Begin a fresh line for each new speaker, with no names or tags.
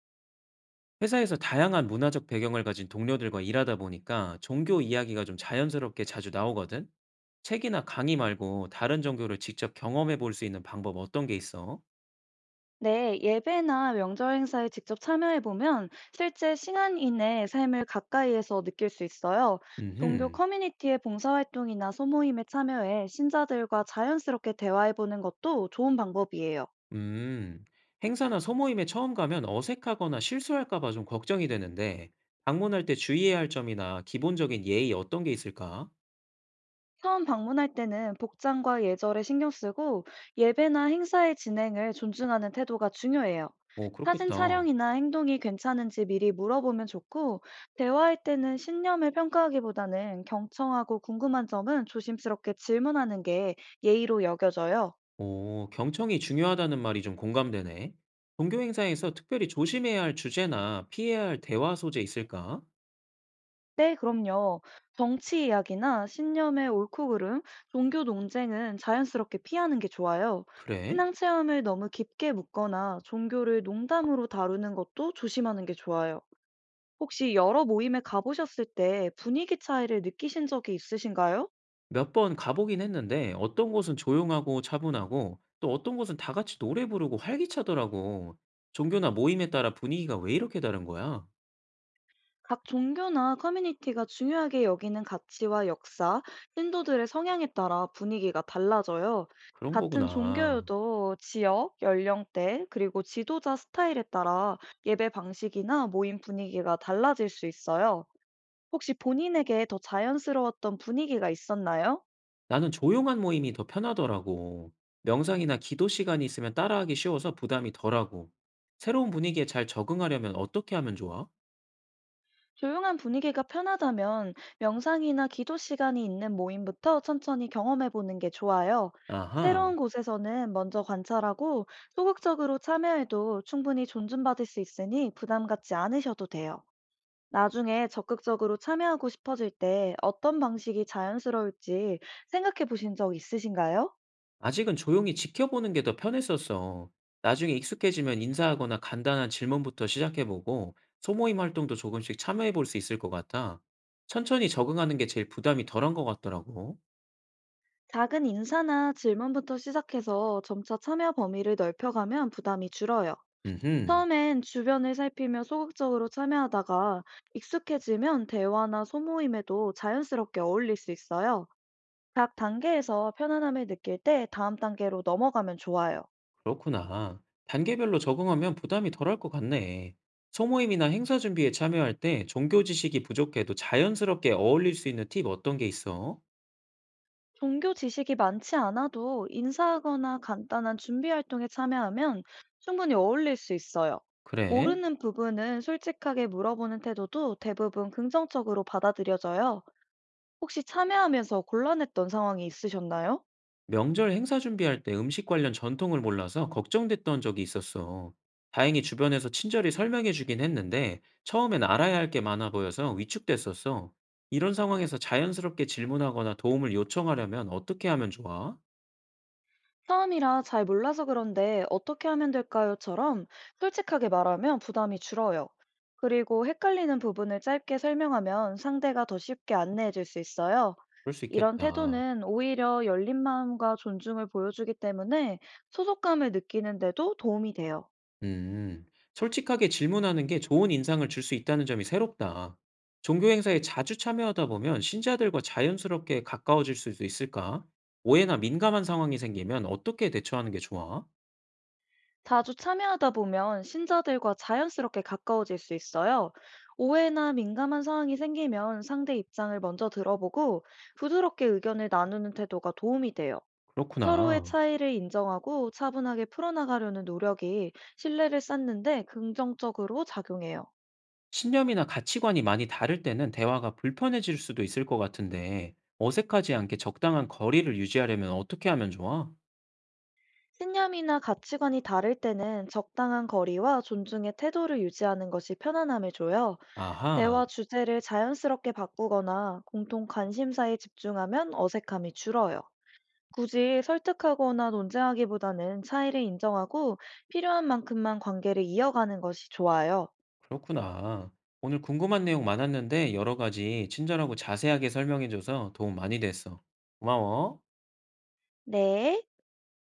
회사에서 다양한 문화적 배경을 가진 동료들과 일하다 보니까 종교 이야기가 좀 자연스럽게 자주 나오거든? 책이나 강의 말고 다른 종교를 직접 경험해 볼 수 있는 방법 어떤 게 있어?
네, 예배나 명절 행사에 직접 참여해보면 실제 시간 이내의 삶을 가까이에서 느낄 수 있어요. 종교
음흠.
커뮤니티의 봉사활동이나 소모임에 참여해 신자들과 자연스럽게 대화해보는 것도 좋은 방법이에요.
음, 행사나 소모임에 처음 가면 어색하거나 실수할까 봐 좀 걱정이 되는데, 방문할 때 주의해야 할 점이나 기본적인 예의 어떤 게 있을까?
처음 방문할 때는 복장과 예절에 신경 쓰고 예배나 행사의 진행을 존중하는 태도가 중요해요.
오,
사진
그렇겠다.
촬영이나 행동이 괜찮은지 미리 물어보면 좋고, 대화할 때는 신념을 평가하기보다는 경청하고 궁금한 점은 조심스럽게 질문하는 게 예의로 여겨져요.
오, 경청이 중요하다는 말이 좀 공감되네. 종교 행사에서 특별히 조심해야 할 주제나 피해야 할 대화 소재 있을까?
네, 그럼요. 정치 이야기나 신념의 옳고 그름, 종교 논쟁은 자연스럽게 피하는 게 좋아요.
그래?
신앙 체험을 너무 깊게 묻거나 종교를 농담으로 다루는 것도 조심하는 게 좋아요. 혹시 여러 모임에 가보셨을 때 분위기 차이를 느끼신 적이 있으신가요?
몇 번 가보긴 했는데 어떤 곳은 조용하고 차분하고 또 어떤 곳은 다 같이 노래 부르고 활기차더라고. 종교나 모임에 따라 분위기가 왜 이렇게 다른 거야?
각 종교나 커뮤니티가 중요하게 여기는 가치와 역사, 신도들의 성향에 따라 분위기가 달라져요.
그런
같은
거구나.
종교여도 지역, 연령대, 그리고 지도자 스타일에 따라 예배 방식이나 모임 분위기가 달라질 수 있어요. 혹시 본인에게 더 자연스러웠던 분위기가 있었나요?
나는 조용한 모임이 더 편하더라고. 명상이나 기도 시간이 있으면 따라하기 쉬워서 부담이 덜하고. 새로운 분위기에 잘 적응하려면 어떻게 하면 좋아?
조용한 분위기가 편하다면 명상이나 기도 시간이 있는 모임부터 천천히 경험해 보는 게 좋아요.
아하.
새로운 곳에서는 먼저 관찰하고 소극적으로 참여해도 충분히 존중받을 수 있으니 부담 갖지 않으셔도 돼요. 나중에 적극적으로 참여하고 싶어질 때 어떤 방식이 자연스러울지 생각해 보신 적 있으신가요?
아직은 조용히 지켜보는 게 더 편했었어. 나중에 익숙해지면 인사하거나 간단한 질문부터 시작해보고 소모임 활동도 조금씩 참여해볼 수 있을 것 같아. 천천히 적응하는 게 제일 부담이 덜한 것 같더라고.
작은 인사나 질문부터 시작해서 점차 참여 범위를 넓혀가면 부담이 줄어요.
음흠,
처음엔 주변을 살피며 소극적으로 참여하다가 익숙해지면 대화나 소모임에도 자연스럽게 어울릴 수 있어요. 각 단계에서 편안함을 느낄 때 다음 단계로 넘어가면 좋아요.
그렇구나. 단계별로 적응하면 부담이 덜할 것 같네. 소모임이나 행사 준비에 참여할 때 종교 지식이 부족해도 자연스럽게 어울릴 수 있는 팁 어떤 게 있어?
종교 지식이 많지 않아도 인사하거나 간단한 준비 활동에 참여하면 충분히 어울릴 수 있어요.
그래?
모르는 부분은 솔직하게 물어보는 태도도 대부분 긍정적으로 받아들여져요. 혹시 참여하면서 곤란했던 상황이 있으셨나요?
명절 행사 준비할 때 음식 관련 전통을 몰라서 걱정됐던 적이 있었어. 다행히 주변에서 친절히 설명해 주긴 했는데 처음엔 알아야 할 게 많아 보여서 위축됐었어. 이런 상황에서 자연스럽게 질문하거나 도움을 요청하려면 어떻게 하면 좋아?
"처음이라 잘 몰라서 그런데 어떻게 하면 될까요?"처럼 솔직하게 말하면 부담이 줄어요. 그리고 헷갈리는 부분을 짧게 설명하면 상대가 더 쉽게 안내해 줄 수 있어요.
그럴 수
이런
있겠다.
태도는 오히려 열린 마음과 존중을 보여주기 때문에 소속감을 느끼는데도 도움이 돼요.
음, 솔직하게 질문하는 게 좋은 인상을 줄 수 있다는 점이 새롭다. 종교 행사에 자주 참여하다 보면 신자들과 자연스럽게 가까워질 수도 있을까? 오해나 민감한 상황이 생기면 어떻게 대처하는 게 좋아?
자주 참여하다 보면 신자들과 자연스럽게 가까워질 수 있어요. 오해나 민감한 상황이 생기면 상대 입장을 먼저 들어보고 부드럽게 의견을 나누는 태도가 도움이 돼요. 서로의
그렇구나.
차이를 인정하고 차분하게 풀어나가려는 노력이 신뢰를 쌓는데 긍정적으로 작용해요.
신념이나 가치관이 많이 다를 때는 대화가 불편해질 수도 있을 것 같은데, 어색하지 않게 적당한 거리를 유지하려면 어떻게 하면 좋아?
신념이나 가치관이 다를 때는 적당한 거리와 존중의 태도를 유지하는 것이 편안함을 줘요.
아하,
대화 주제를 자연스럽게 바꾸거나 공통 관심사에 집중하면 어색함이 줄어요. 굳이 설득하거나 논쟁하기보다는 차이를 인정하고 필요한 만큼만 관계를 이어가는 것이 좋아요.
그렇구나. 오늘 궁금한 내용 많았는데 여러 가지 친절하고 자세하게 설명해줘서 도움 많이 됐어. 고마워.
네.